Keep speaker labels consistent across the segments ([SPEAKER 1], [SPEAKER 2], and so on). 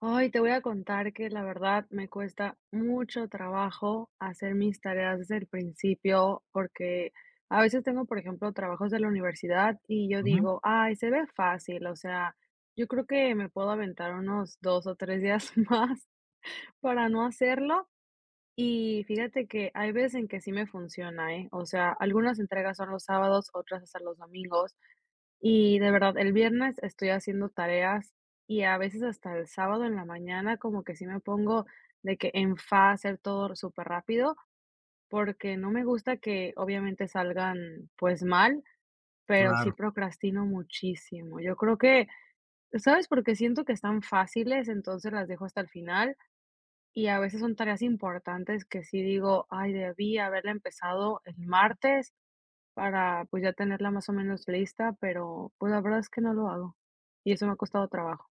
[SPEAKER 1] Ay, te voy a contar que la verdad me cuesta mucho trabajo hacer mis tareas desde el principio, porque a veces tengo, por ejemplo, trabajos de la universidad y yo
[SPEAKER 2] Ujú,
[SPEAKER 1] digo, ay, se ve fácil, o sea, yo creo que me puedo aventar unos dos o tres días más para no hacerlo. Y fíjate que hay veces en que sí me funciona, ¿eh? O sea, algunas entregas son los sábados, otras hasta los domingos. Y de verdad, el viernes estoy haciendo tareas y a veces hasta el sábado en la mañana como que sí me pongo de que en fa hacer todo súper rápido porque no me gusta que obviamente salgan pues mal, pero sí
[SPEAKER 2] claro.
[SPEAKER 1] procrastino muchísimo. Yo creo que, ¿sabes? Porque siento que están fáciles, entonces las dejo hasta el final y a veces son tareas importantes que sí digo, ay, debí haberla empezado el martes para, pues, ya tenerla más o menos lista, pero, pues, la verdad es que no lo hago, y eso me ha costado trabajo.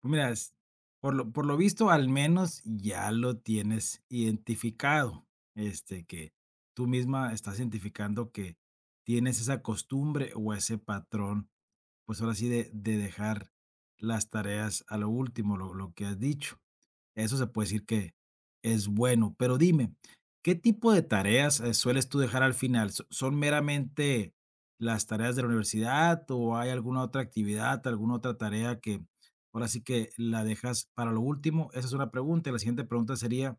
[SPEAKER 2] Pues mira, es por lo visto, al menos ya lo tienes identificado, que tú misma estás identificando que tienes esa costumbre o ese patrón, pues ahora sí, de dejar las tareas a lo último, lo que has dicho. Eso se puede decir que es bueno, pero dime, ¿qué tipo de tareas, sueles tú dejar al final? Son meramente las tareas de la universidad o hay alguna otra actividad, alguna otra tarea que ahora sí que la dejas para lo último? Esa es una pregunta. Y la siguiente pregunta sería,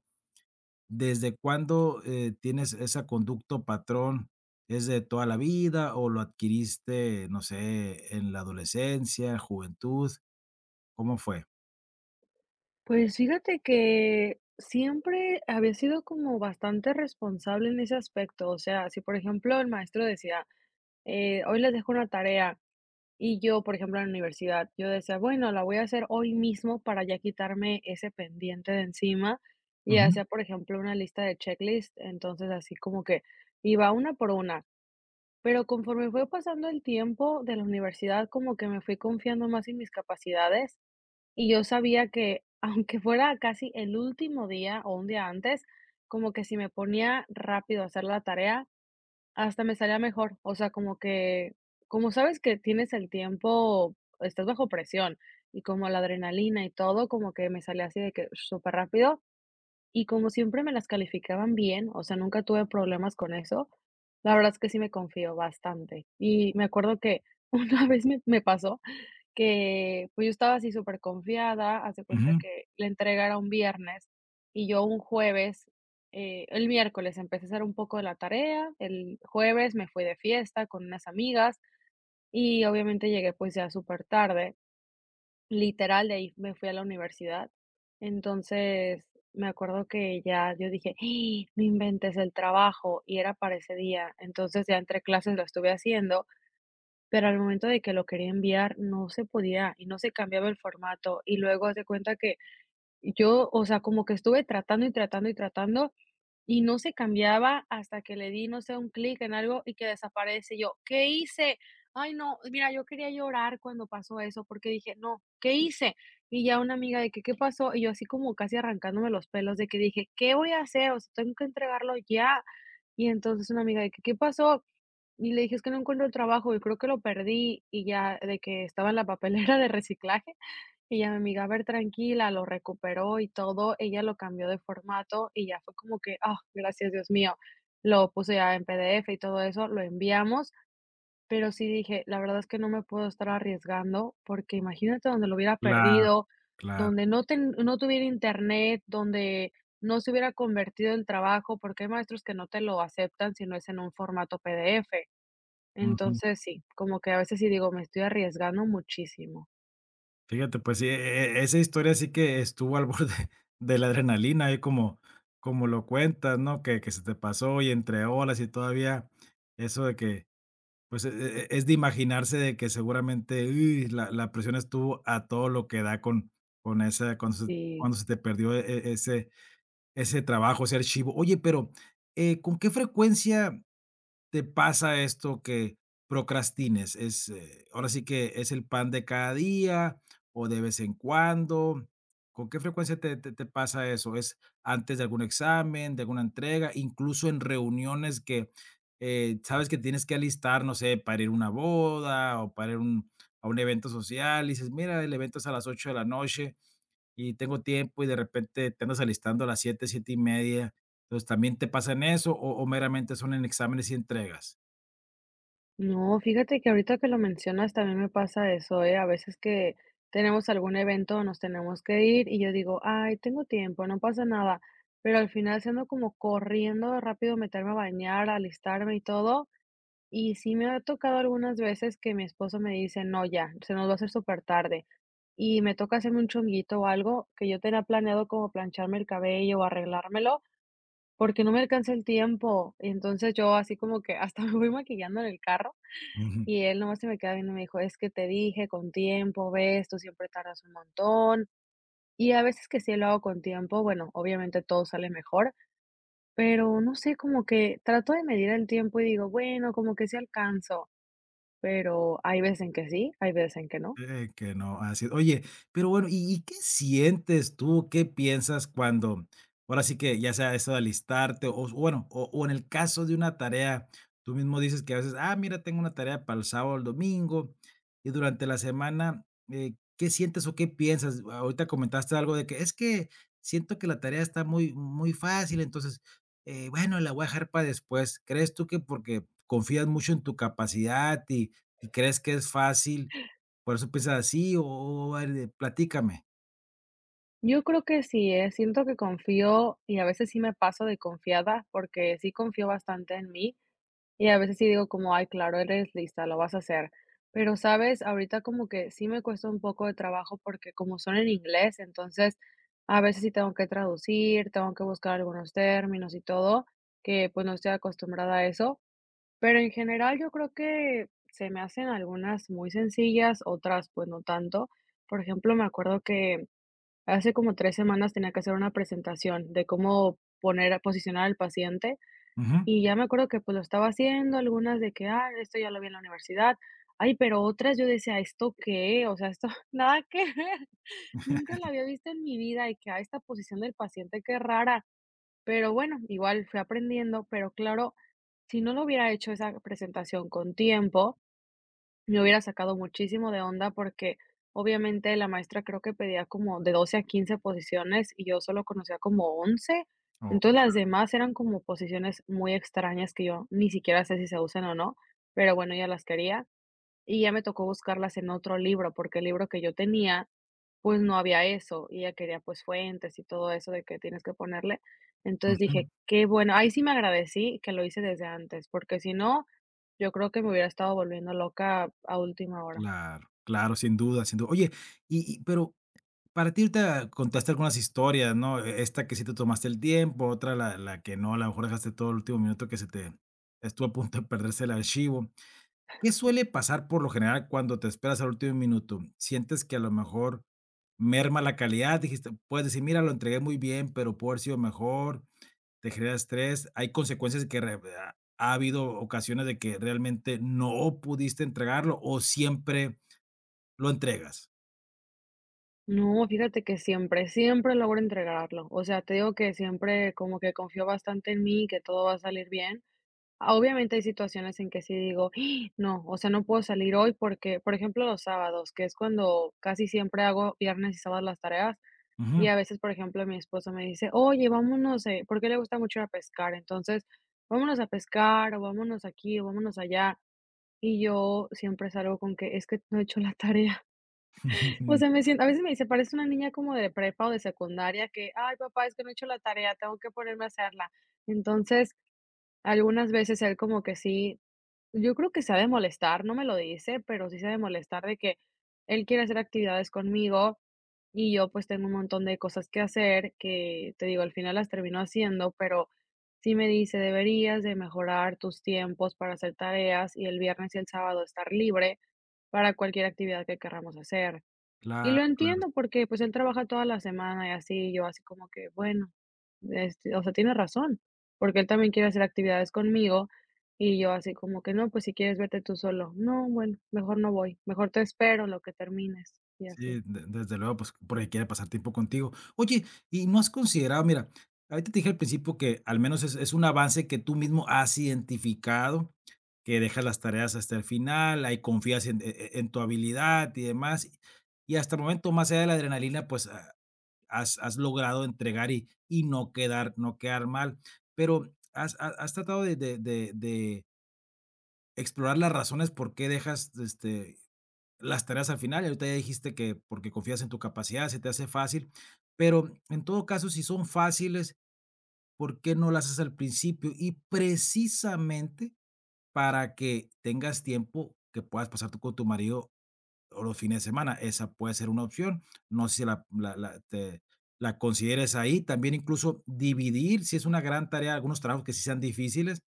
[SPEAKER 2] ¿desde cuándo, tienes esa conducto patrón? ¿Es de toda la vida o lo adquiriste, no sé, en la adolescencia, juventud? ¿Cómo fue?
[SPEAKER 1] Pues, fíjate que siempre había sido como bastante responsable en ese aspecto, o sea, si, por ejemplo, el maestro decía: hoy les dejo una tarea", y yo, por ejemplo, en la universidad, yo decía: "Bueno, la voy a hacer hoy mismo para ya quitarme ese pendiente de encima", y
[SPEAKER 2] Ujú,
[SPEAKER 1] hacía, por ejemplo, una lista de checklist, entonces, así como que iba una por una. Pero conforme fue pasando el tiempo de la universidad, como que me fui confiando más en mis capacidades y yo sabía que aunque fuera casi el último día o un día antes, como que si me ponía rápido a hacer la tarea, hasta me salía mejor. O sea, como que, como sabes que tienes el tiempo, estás bajo presión y como la adrenalina y todo, como que me salía así de que súper rápido y como siempre me las calificaban bien, o sea, nunca tuve problemas con eso, la verdad es que sí me confío bastante. Y me acuerdo que una vez me pasó que, pues, yo estaba así súper confiada hace cuenta
[SPEAKER 2] ujú.
[SPEAKER 1] que la entrega era un viernes y yo un jueves, el miércoles empecé a hacer un poco de la tarea, el jueves me fui de fiesta con unas amigas y obviamente llegué, pues, ya súper tarde. Literal, de ahí me fui a la universidad. Entonces, me acuerdo que ya yo dije: "Ih, no inventes el trabajo", y era para ese día. Entonces, ya entre clases lo estuve haciendo, pero al momento de que lo quería enviar, no se podía y no se cambiaba el formato. Y luego haz de cuenta que yo, o sea, como que estuve tratando y tratando y tratando, y no se cambiaba hasta que le di, no sé, un clic en algo y que desaparece. Yo, ¿qué hice? Ay, no, mira, yo quería llorar cuando pasó eso porque dije, no, ¿qué hice? Y ya una amiga de que, ¿qué pasó? Y yo así como casi arrancándome los pelos de que dije, ¿qué voy a hacer? O sea, tengo que entregarlo ya. Y entonces una amiga de que, ¿qué pasó? Y le dije, es que no encuentro trabajo y creo que lo perdí y ya de que estaba en la papelera de reciclaje. Y ya mi amiga, a ver, tranquila, lo recuperó y todo. Ella lo cambió de formato y ya fue como que, ah, gracias, Dios mío. Lo puse ya en PDF y todo eso, lo enviamos, pero sí dije, la verdad es que no me puedo estar arriesgando porque imagínate donde lo hubiera
[SPEAKER 2] Claro,
[SPEAKER 1] perdido,
[SPEAKER 2] claro.
[SPEAKER 1] donde no, no tuviera internet, donde no se hubiera convertido el trabajo, porque hay maestros que no te lo aceptan si no es en un formato PDF. Entonces, sí, como que a veces sí digo, me estoy arriesgando muchísimo.
[SPEAKER 2] Fíjate, pues sí, esa historia sí que estuvo al borde de la adrenalina, y como lo cuentas, ¿no? Que se te pasó y entre olas y todavía eso de que, pues, es de imaginarse de que seguramente, uy, la presión estuvo a todo lo que da con esa cuando se
[SPEAKER 1] Sí.
[SPEAKER 2] cuando se te perdió e e ese ese trabajo, ese archivo. Oye, pero, ¿con qué frecuencia te pasa esto que procrastines? Es, ahora sí que es el pan de cada día o de vez en cuando. ¿Con qué frecuencia te, te pasa eso? ¿Es antes de algún examen, de alguna entrega, incluso en reuniones que sabes que tienes que alistar, no sé, para ir a una boda o para ir a un evento social? Y dices, mira, el evento es a las 8 de la noche y tengo tiempo, y de repente te andas alistando a las 7, 7 y media. Entonces, ¿también te pasa en eso o meramente son en exámenes y entregas?
[SPEAKER 1] No, fíjate que ahorita que lo mencionas también me pasa eso, ¿eh? A veces que tenemos algún evento, nos tenemos que ir y yo digo, ay, tengo tiempo, no pasa nada, pero al final siendo como corriendo rápido, meterme a bañar, alistarme y todo, y sí me ha tocado algunas veces que mi esposo me dice, no, ya, se nos va a hacer súper tarde, y me toca hacerme un chonguito o algo que yo tenía planeado como plancharme el cabello o arreglármelo, porque no me alcanza el tiempo, y entonces yo así como que hasta me voy maquillando en el carro
[SPEAKER 2] Ujú,
[SPEAKER 1] y él nomás se me queda viendo y me dijo: "Es que te dije con tiempo, ves, tú siempre tardas un montón". Y a veces que sí lo hago con tiempo, bueno, obviamente todo sale mejor, pero no sé, como que trato de medir el tiempo y digo: "Bueno, como que sí alcanzo", pero hay veces en que sí, hay veces en que no.
[SPEAKER 2] que no, así es. Oye, pero bueno, y qué sientes tú? ¿Qué piensas cuando, ahora sí que ya sea eso de alistarte o bueno, o en el caso de una tarea, tú mismo dices que a veces, ah, mira, tengo una tarea para el sábado o el domingo, y durante la semana, qué sientes o qué piensas? Ahorita comentaste algo de que es que siento que la tarea está muy, muy fácil, entonces, bueno, la voy a dejar para después. ¿Crees tú que porque confías mucho en tu capacidad y crees que es fácil? Por eso empieza así, o a ver, de platícame.
[SPEAKER 1] Yo creo que sí, ¿eh? Siento que confío y a veces sí me paso de confiada, porque sí confío bastante en mí. Y a veces sí digo como, ay, claro, eres lista, lo vas a hacer. Pero, ¿sabes? Ahorita como que sí me cuesta un poco de trabajo porque como son en inglés, entonces a veces sí tengo que traducir, tengo que buscar algunos términos y todo, que pues no estoy acostumbrada a eso. Pero en general yo creo que se me hacen algunas muy sencillas, otras pues no tanto. Por ejemplo, me acuerdo que hace como tres semanas tenía que hacer una presentación de cómo poner, posicionar al paciente.
[SPEAKER 2] Ujú.
[SPEAKER 1] Y ya me acuerdo que, pues, lo estaba haciendo, algunas de que: "Ah, esto ya lo vi en la universidad". Ay, pero otras yo decía: "¿Esto qué?". O sea, esto nada que ver. Nunca la había visto en mi vida y que: "Ah, esta posición del paciente, qué rara". Pero bueno, igual fui aprendiendo, pero claro, si no lo hubiera hecho esa presentación con tiempo, me hubiera sacado muchísimo de onda porque, obviamente, la maestra creo que pedía como de 12 a 15 posiciones y yo solo conocía como 11.
[SPEAKER 2] Oh,
[SPEAKER 1] Entonces, las demás eran como posiciones muy extrañas que yo ni siquiera sé si se usan o no, pero bueno, ya las quería y ya me tocó buscarlas en otro libro, porque el libro que yo tenía pues no había eso, y ella quería, pues, fuentes y todo eso de que tienes que ponerle. Entonces
[SPEAKER 2] ujú.
[SPEAKER 1] dije: "Qué bueno". Ahí sí me agradecí que lo hice desde antes, porque si no, yo creo que me hubiera estado volviendo loca a última hora.
[SPEAKER 2] Claro, claro, sin duda, sin duda. Oye, y pero para ti ahorita contaste algunas historias, ¿no? Esta que sí te tomaste el tiempo, otra la que no, a lo mejor dejaste todo el último minuto que se te estuvo a punto de perderse el archivo. ¿Qué suele pasar por lo general cuando te esperas al último minuto? ¿Sientes que a lo mejor merma la calidad? Dijiste puedes decir: "Mira, lo entregué muy bien, pero pudo haber sido mejor". Te genera estrés, hay consecuencias que re ha habido ocasiones de que realmente no pudiste entregarlo o siempre lo entregas.
[SPEAKER 1] No, fíjate que siempre, siempre logro entregarlo. O sea, te digo que siempre como que confío bastante en mí, que todo va a salir bien. Ah, obviamente hay situaciones en que sí digo: "Ah, no, o sea, no puedo salir hoy", porque, por ejemplo, los sábados, que es cuando casi siempre hago viernes y sábados las tareas. Y
[SPEAKER 2] Ujú.
[SPEAKER 1] a veces, por ejemplo, mi esposo me dice: "Oye, vámonos", porque le gusta mucho ir a pescar. Entonces: "Vámonos a pescar, o vámonos aquí, o vámonos allá". Y yo siempre salgo con que: "Es que no he hecho la tarea". O sea, me siento, a veces me dice: "Parece una niña como de prepa o de secundaria que: 'Ay, papá, es que no he hecho la tarea, tengo que ponerme a hacerla'". Entonces, algunas veces él como que sí, yo creo que se ha de molestar, no me lo dice, pero sí se ha de molestar de que él quiere hacer actividades conmigo y yo pues tengo un montón de cosas que hacer que te digo, al final las termino haciendo, pero sí me dice, deberías de mejorar tus tiempos para hacer tareas y el viernes y el sábado estar libre para cualquier actividad que querramos hacer. Y
[SPEAKER 2] Claro,
[SPEAKER 1] lo
[SPEAKER 2] claro.
[SPEAKER 1] entiendo porque, pues, él trabaja toda la semana y así, y yo así como que, bueno, este, o sea, tiene razón, porque él también quiere hacer actividades conmigo y yo así como que, no, pues si quieres vete tú solo. No, bueno, mejor no voy, mejor te espero en lo que termines y
[SPEAKER 2] Sí,
[SPEAKER 1] así.
[SPEAKER 2] de desde luego, pues, porque quiere pasar tiempo contigo. Oye, ¿y no has considerado? Mira, ahorita te dije al principio que al menos es un avance que tú mismo has identificado, que dejas las tareas hasta el final, ahí confías en en tu habilidad y demás, y hasta el momento, más allá de la adrenalina, pues, ah, has, has logrado entregar y no, quedar, no quedar mal. Pero has, has tratado de, de explorar las razones por qué dejas las tareas al final. Y ahorita ya dijiste que porque confías en tu capacidad, se te hace fácil. Pero en todo caso, si son fáciles, ¿por qué no las haces al principio? Y precisamente para que tengas tiempo que puedas pasar tú con tu marido o los fines de semana, esa puede ser una opción. No sé si la la la te la consideres ahí. También incluso dividir, si es una gran tarea, algunos trabajos que sí sean difíciles,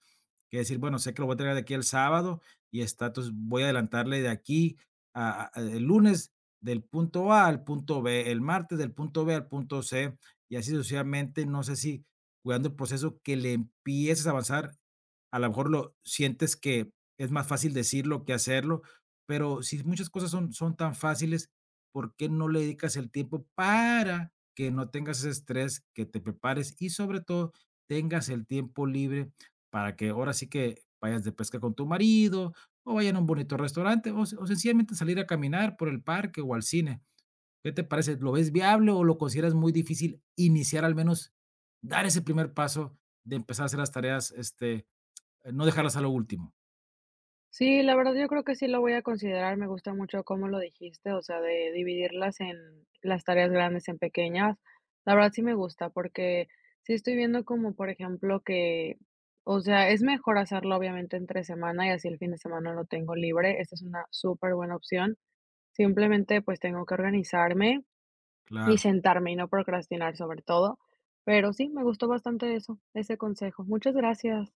[SPEAKER 2] que decir, bueno, sé que lo voy a entregar de aquí el sábado y está, entonces voy a adelantarle de aquí a el lunes del punto A al punto B, el martes del punto B al punto C, y así sucesivamente. No sé si cuidando el proceso que le empieces a avanzar, a lo mejor lo sientes que es más fácil decirlo que hacerlo, pero si muchas cosas son son tan fáciles, ¿por qué no le dedicas el tiempo para que no tengas ese estrés, que te prepares y sobre todo tengas el tiempo libre para que ahora sí que vayas de pesca con tu marido, o vayan a un bonito restaurante, o, o sencillamente salir a caminar por el parque o al cine. ¿Qué te parece? ¿Lo ves viable o lo consideras muy difícil iniciar al menos, dar ese primer paso de empezar a hacer las tareas, no dejarlas a lo último?
[SPEAKER 1] Sí, la verdad yo creo que sí lo voy a considerar, me gusta mucho cómo lo dijiste, o sea, de dividirlas, en las tareas grandes en pequeñas. La verdad sí me gusta porque sí estoy viendo como, por ejemplo, que, o sea, es mejor hacerlo obviamente entre semana y así el fin de semana lo tengo libre. Esta es una súper buena opción. Simplemente pues tengo que organizarme y
[SPEAKER 2] Claro.
[SPEAKER 1] sentarme y no procrastinar sobre todo. Pero sí, me gustó bastante eso, ese consejo. Muchas gracias.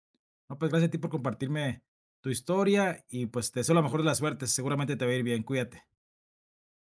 [SPEAKER 2] No, pues gracias a ti por compartirme tu historia y pues te deseo la mejor de las suertes. Seguramente te va a ir bien. Cuídate.